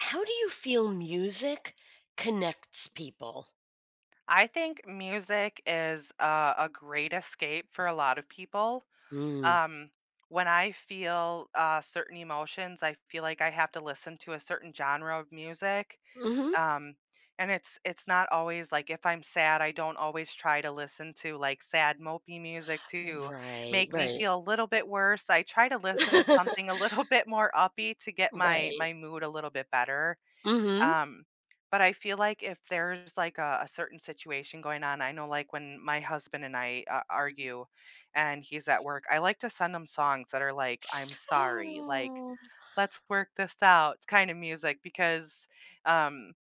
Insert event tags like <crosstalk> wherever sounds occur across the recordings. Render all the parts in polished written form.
How do you feel music connects people? I think music is a great escape for a lot of people. Mm. Um, when I feel certain emotions, I feel like I have to listen to a certain genre of music. Mhm. Um, and it's not always like if I'm sad, I don't always try to listen to like sad mopey music to Right, make me right. feel a little bit worse. I try to listen to something a <laughs> little <laughs> bit more uppy to get my Right. my mood a little bit better. Mhm. Um, but I feel like if there's like a certain situation going on, I know like when my husband and I argue and he's at work, I like to send him songs that are like, I'm sorry, like, Oh. let's work this out kind of music because um,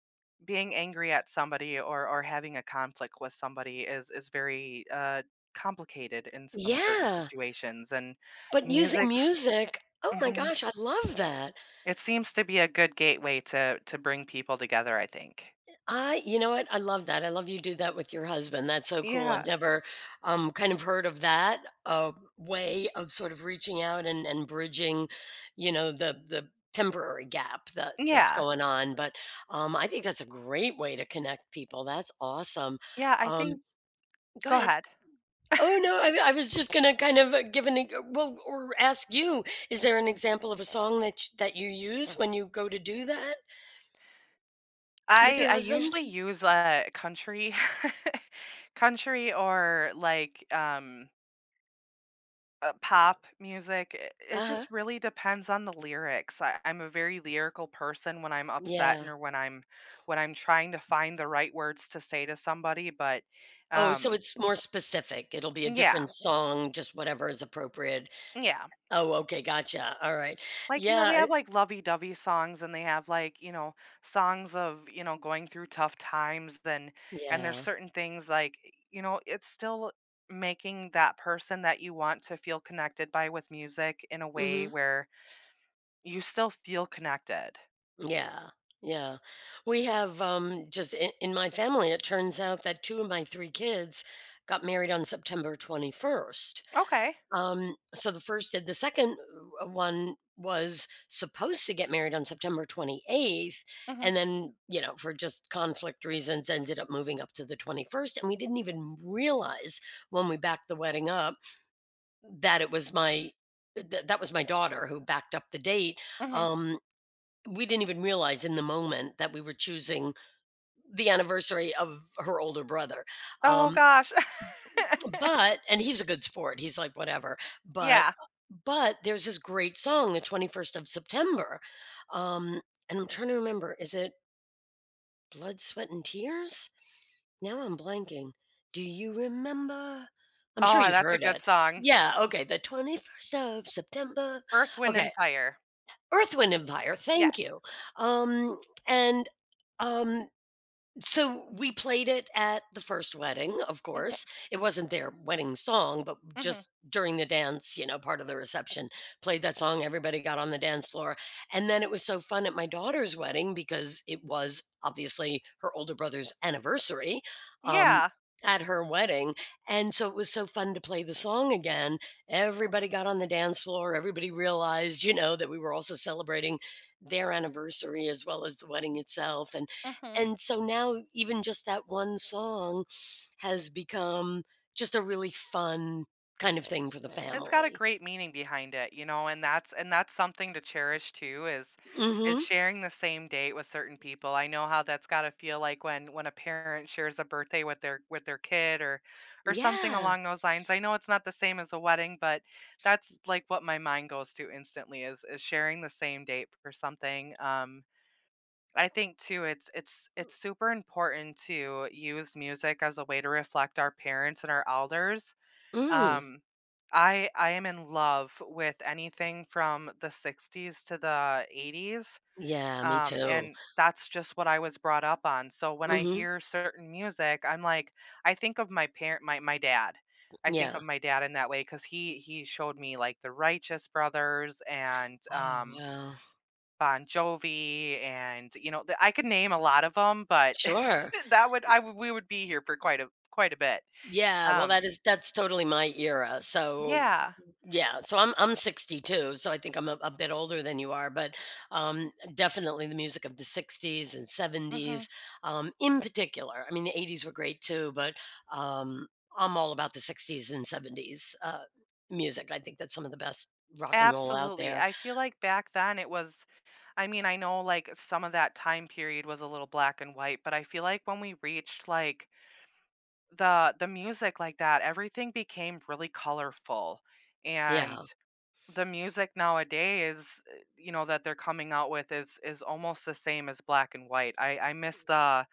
being angry at somebody or having a conflict with somebody is very complicated in some certain Yeah, situations. And but using music's, music oh my mhm, gosh, I love that. it seems to be a good gateway to bring people together, I think. I You know what? I love that. I love you do that with your husband. That's so cool. Yeah. I've never kind of heard of that way of sort of reaching out and bridging, you know, the temporary gap that that's Yeah. going on. But I think that's a great way to connect people. That's awesome. Yeah, I Um, think Go go ahead. ahead. Oh no, I was just gonna kind of give well or ask you. Is there an example of a song that you use when you go to do that with your I husband? usually use, country <laughs> country or, like, pop music. It Uh huh. just really depends on the lyrics. I'm a very lyrical person when I'm upset and Yeah. or when I'm trying to find the right words to say to somebody, but, Oh, so um it's more specific. It'll be a Yeah. different song, just whatever is appropriate. Yeah. Oh, okay, gotcha. All right. Like, you know, they Yeah, have like lovey dovey songs and they have like, you know, songs of, you know, going through tough times and there's yeah. certain things like, you know, it's still making that person that you want to feel connected by with music in a way Mhm. where you still feel connected. Yeah. Yeah. We have just in my family it turns out that two of my three kids got married on September 21st. Okay. So the first did. The second one was supposed to get married on September 28th, Mhm. and then, you know, for just conflict reasons, ended up moving up to the 21st. And we didn't even realize when we backed the wedding up that it was my that was my daughter who backed up the date. Mhm. Um, we didn't even realize in the moment that we were choosing the anniversary of her older brother. Oh Um, gosh. <laughs> but and he's a good sport. He's like, "Whatever," but Yeah. but there's this great song, "The 21st of September," um, and I'm trying to remember, is it "Blood, Sweat, and Tears?" Now I'm blanking. "Do you remember?" I'm sure Oh, you've that's a heard good it. song. Yeah, okay, "The 21st of September." Earth, Wind and Okay, Fire. Earth, Wind& and Fire, thank you. Yes. Um, and, um so we played it at the first wedding, of Mhm. course. It wasn't their wedding song, but Mhm. just during the dance, part of the reception, played that song. Everybody got on the dance floor. And then it was so fun at my daughter's wedding because it was obviously her older brother's anniversary um, Yeah. at her wedding. And so it was so fun to play the song again. Everybody got on the dance floor. Everybody realized that we were also celebrating their anniversary as well as the wedding itself. And Mhm. and so now even just that one song has become just a really fun kind of thing for the It's got a family. great meaning behind it, you know, and that's something to cherish too is Mhm. sharing the same date with certain people. I know how that's got to feel like when a parent shares a birthday with their kid or something Yeah. along those lines. I know it's not the same as a wedding, but that's like what my mind goes to instantly is sharing the same date for something. I think too it's super important to use music as a way to reflect our parents and our elders, Mm. um, I am in love with anything from the 60s to the 80s, Yeah, me too. and that's just what I was brought up on. So when I Mhm. hear certain music, I'm like, I think of my parent, my dad. I think Yeah. of my dad in that way because he showed me like the Righteous Brothers and Oh, wow. Bon Jovi, and you know the, I could name a lot of them, but Sure. <laughs> that would I would we would be here for quite a bit. Yeah, well, that Um, is that's totally my era. So, yeah. yeah, so I'm 62, so I think I'm a bit older than you are, but definitely the music of the 60s and Mm-hmm. 70s, in particular. I mean, the 80s were great too, but um, I'm all about the 60s and 70s music. I think that's some of the best rock and roll out Absolutely. there. I feel like back then it was I mean, I know like some of that time period was a little black and white, but I feel like when we reached like the music like that, everything became really colorful. And Yeah, the music nowadays, you know, that they're coming out with is almost the same as black and white. I miss the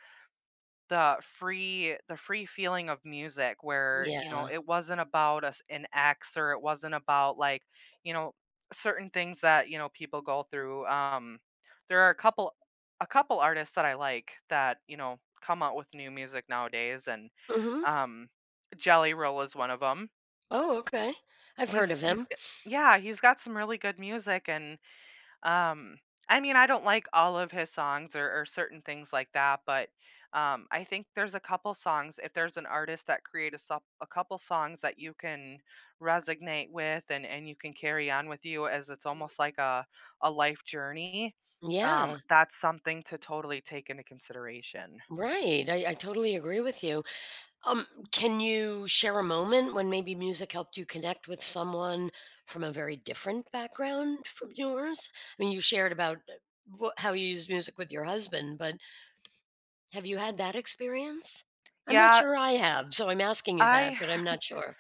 the free feeling of music where you know yeah. it wasn't about us an ex or it wasn't about like you know certain things that you know people go through there are a couple artists that I like that you know come out with new music nowadays and Hmm. um Jelly Roll is one of them. Oh, okay. I've heard He's of him. Yeah he's got some really good music and, um, I mean, I don't like all of his songs or certain things like that, but I think there's a couple songs. If there's an artist that create a couple songs that you can resonate with and you can carry on with you, as it's almost like a life journey. Yeah, That's something to totally take into consideration. right. I totally agree with you. Um, can you share a moment when maybe music helped you connect with someone from a very different background from yours? I mean, you shared about how you use music with your husband, but have you had that experience? I'm not Yeah, sure I have, so I'm asking you that, I but I'm not sure.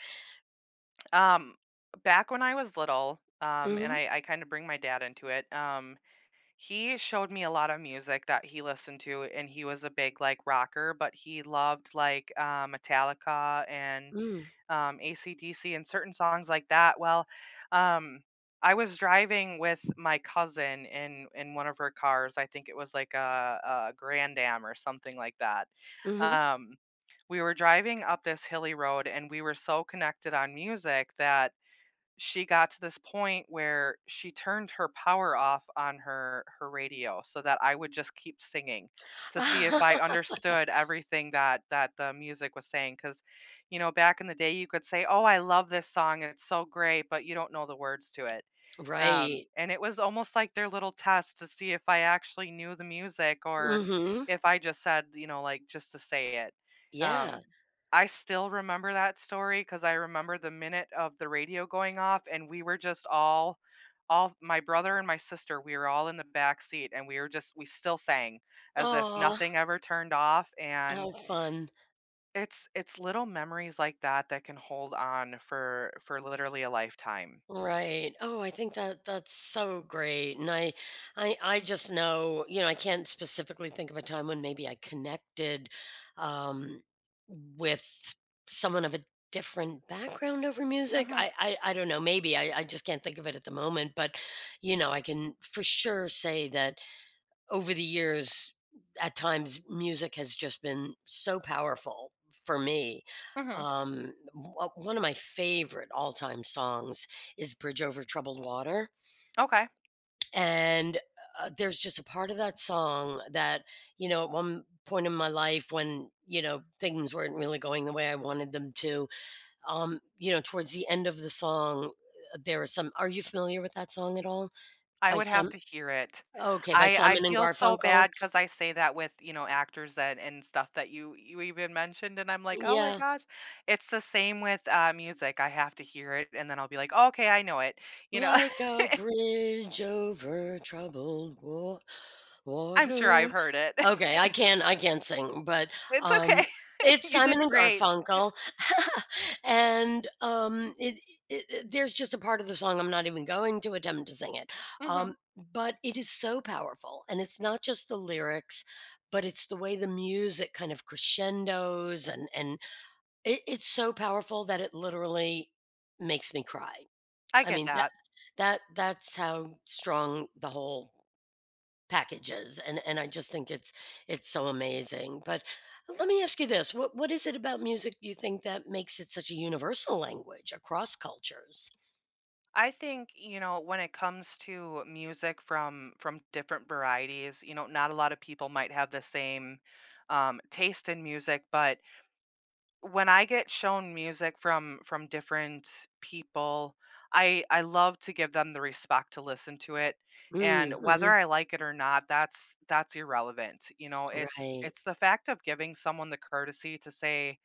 <laughs> um back when I was little, and Mm-hmm. I kind of bring my dad into it. He showed me a lot of music that he listened to, and he was a big, like, rocker, but he loved, like, Metallica and, Mm, AC/DC and certain songs like that. Well, um, I was driving with my cousin in one of her cars. I think it was, like, a Grand Am or something like that. mm-hmm. Um, we were driving up this hilly road, and we were so connected on music that she got to this point where she turned her power off on her radio so that I would just keep singing to see if I understood everything that that the music was saying. Because, you know, back in the day, you could say, "Oh, I love this song, it's so great," but you don't know the words to it. <laughs> Right. And it was almost like their little test to see if I actually knew the music or Mm-hmm. if I just said, you know, like, just to say it. Um Yeah. I still remember that story because I remember the minute of the radio going off, and we were just all my brother and my sister, we were all in the back seat, and we were just we still sang as if nothing Oh, ever turned off, how and fun. it's little memories like that that can hold on for literally a lifetime. Right. Oh, I think that that's so great. And I just know, I can't specifically think of a time when maybe I connected um with someone of a different background over music. Mhm, I don't know, maybe I just can't think of it at the moment, but I can for sure say that over the years, at times, music has just been so powerful for me. mhm. One of my favorite all time songs is Bridge Over Troubled Water. Okay. And there's just a part of that song that, at one point in my life when, things weren't really going the way I wanted them to, towards the end of the song, there are some. Are you familiar with that song at all? I By would have some. to hear it. Okay, by I Simon and feel so Garfunkel. bad because I say that with, you know, actors that and stuff that you even mentioned, and I'm like, "Oh my Yeah. gosh." It's the same with, music. I have to hear it, and then I'll be like, oh, "Okay, I know it." You know? Like a <laughs> bridge over troubled I'm sure I've water. heard it. Okay, <laughs> I can't sing, but It's um okay. <laughs> it's You did Simon and great. Garfunkel. <laughs> And there's just a part of the song I'm not even going to attempt to sing it. Mhm. Um but it is so powerful and it's not just the lyrics, but it's the way the music kind of crescendos and it's so powerful that it literally makes me cry. I I get mean, that that. that that's how strong the whole package is, and I just think it's so amazing, but let me ask you this, what is it about music you think that makes it such a universal language across cultures? I think, you know, when it comes to music from different varieties, you know, not a lot of people might have the same, taste in music, but when I get shown music from different people, I love to give them the respect to listen to it, and Mm, whether mhm, I like it or not, that's irrelevant. You know, it's right. it's the fact of giving someone the courtesy to say,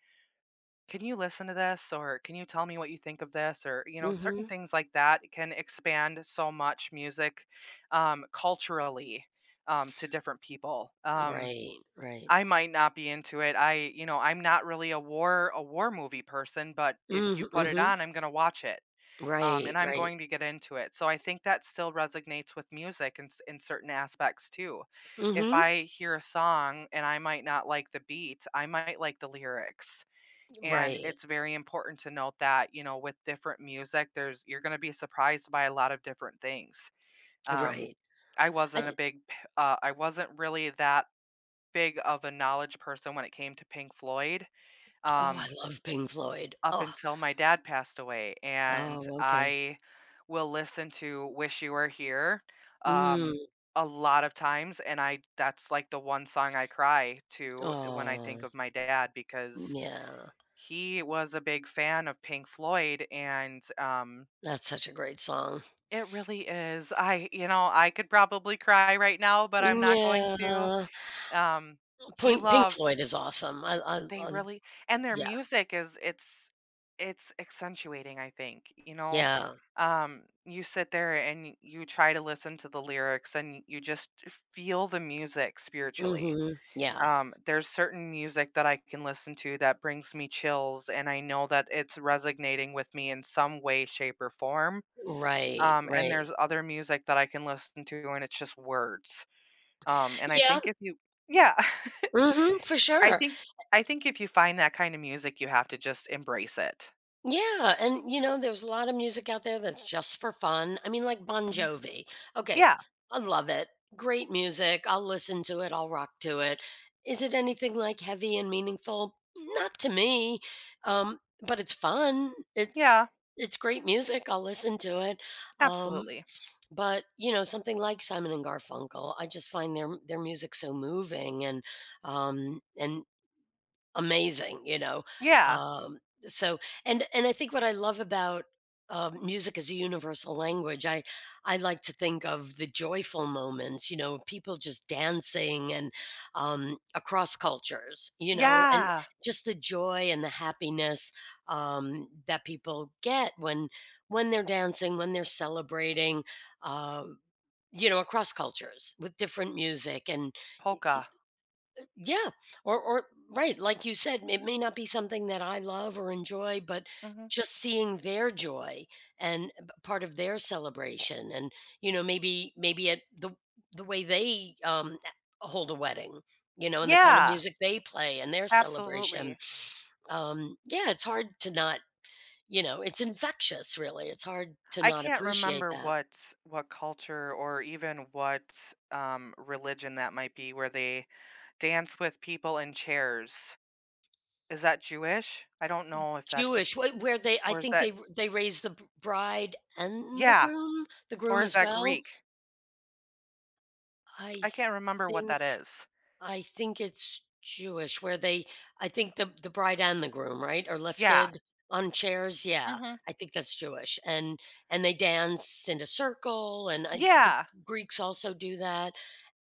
"Can you listen to this?" or "Can you tell me what you think of this?" or you know, certain Mhm, things like that can expand so much music, culturally, to different people. Right, right. I might not be into it. I, you know, I'm not really a war movie person, but if you Mhm, put it mhm. on, I'm going to watch it. And Right, I'm right. going to get into it. So I think that still resonates with music in, in certain aspects too. If Mhm, I hear a song and I might not like the beat, I might like the lyrics. And right, it's very important to note that, you know, with different music, there's you're going to be surprised by a lot of different things. Um, right. I I wasn't a th big, I wasn't really that big of a knowledge person when it came to Pink Floyd, Oh, um, I love Pink Floyd. up Oh, until my dad passed away, and oh, okay. I will listen to "Wish You Were Here," Mm. um, a lot of times, and I that's, like, the one song I cry to when I think Oh of my dad because yeah, he was a big fan of Pink Floyd, and, that's such a great song. it really is I you know, I could probably cry right now, but I'm not going to, Yeah, um, he Pink loved Floyd is awesome. They I really and their Yeah, music is it's accentuating, I think, you know? yeah, You sit there and you try to listen to the lyrics and you just feel the music spiritually. mhm, yeah, There's certain music that I can listen to that brings me chills, and I know that it's resonating with me in some way, shape, or form. right, And right. there's other music that I can listen to, and it's just words. And I Yeah, think if you Yeah. <laughs> mhm, for I sure. think I think if you find that kind of music, you have to just embrace it. Yeah, and there's a lot of music out there that's just for fun. I mean, like Bon Mhm. Jovi. Okay, Yeah. I love it. Great music. I'll listen to it, I'll rock to it. Is it anything, like, heavy and meaningful? Not to me, um, but it's fun. It Yeah. It's great music, I'll listen to it, um, Absolutely. but, something like Simon& and Garfunkel, I just find their music so moving and amazing, you know? Yeah. So, and I think what I love about music as a universal language, I like to think of the joyful moments, people just dancing and across cultures, and Yeah. just the joy and the happiness that people get when they're dancing, when they're celebrating, uh, across cultures with different music and Polka. yeah, or right, like you said, it may not be something that I love or enjoy, but Mhm. just seeing their joy and part of their celebration, and maybe maybe at the way they hold a wedding, and the kind of Yeah. music they play and their celebration. Absolutely. Yeah, it's hard to not, you know, it's infectious, really. It's hard to I not can't appreciate remember that. What culture or even what, religion that might be where they dance with people in chairs. Is that Jewish? I don't know if that's Jewish, where they, I or is think that they raise the bride and Yeah, the or groom is as that well. Greek? I I can't remember what think that is. I think it's Jewish where they I think the bride and the groom, right, are Yeah. lifted on chairs, yeah, Mhm. I think that's Jewish, and they dance in a circle, and I the Yeah. Greeks also do that,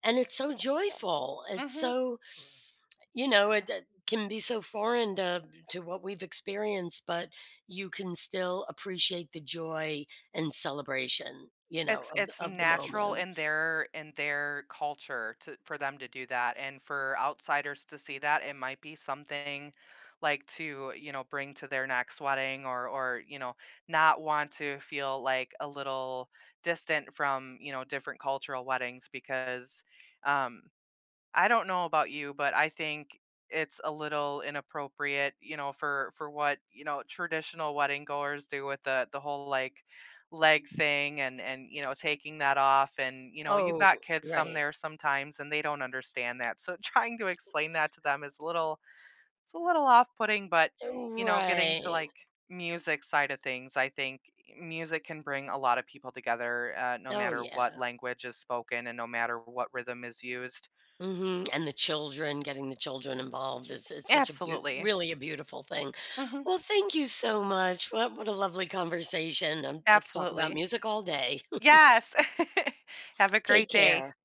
and it's so joyful, it's Mhm. so you know, it can be so foreign to what we've experienced, but you can still appreciate the joy and celebration, It's of the it's of the natural moment. in their culture to for them to do that, and for outsiders to see that, it might be something like to, you know, bring to their next wedding or, you know, not want to feel like a little distant from, you know, different cultural weddings because um I don't know about you, but I think it's a little inappropriate, you know, for what, you know, traditional wedding goers do with the whole like leg thing and you know taking that off and you know you've Oh, got kids some right. there sometimes and they don't understand that so <laughs> trying to explain that to them is a little it's a little off-putting but you know getting to Right. like music side of things I think music can bring a lot of people together no Oh, matter what yeah. language is spoken and no matter what rhythm is used. Mhm, and the children, getting the children involved is such a beau Absolutely. really a beautiful thing. Mhm. Well, thank you so much. What a lovely conversation. I could talk about Absolutely. music all day. <laughs> Yes. <laughs> Have a Take great day. care.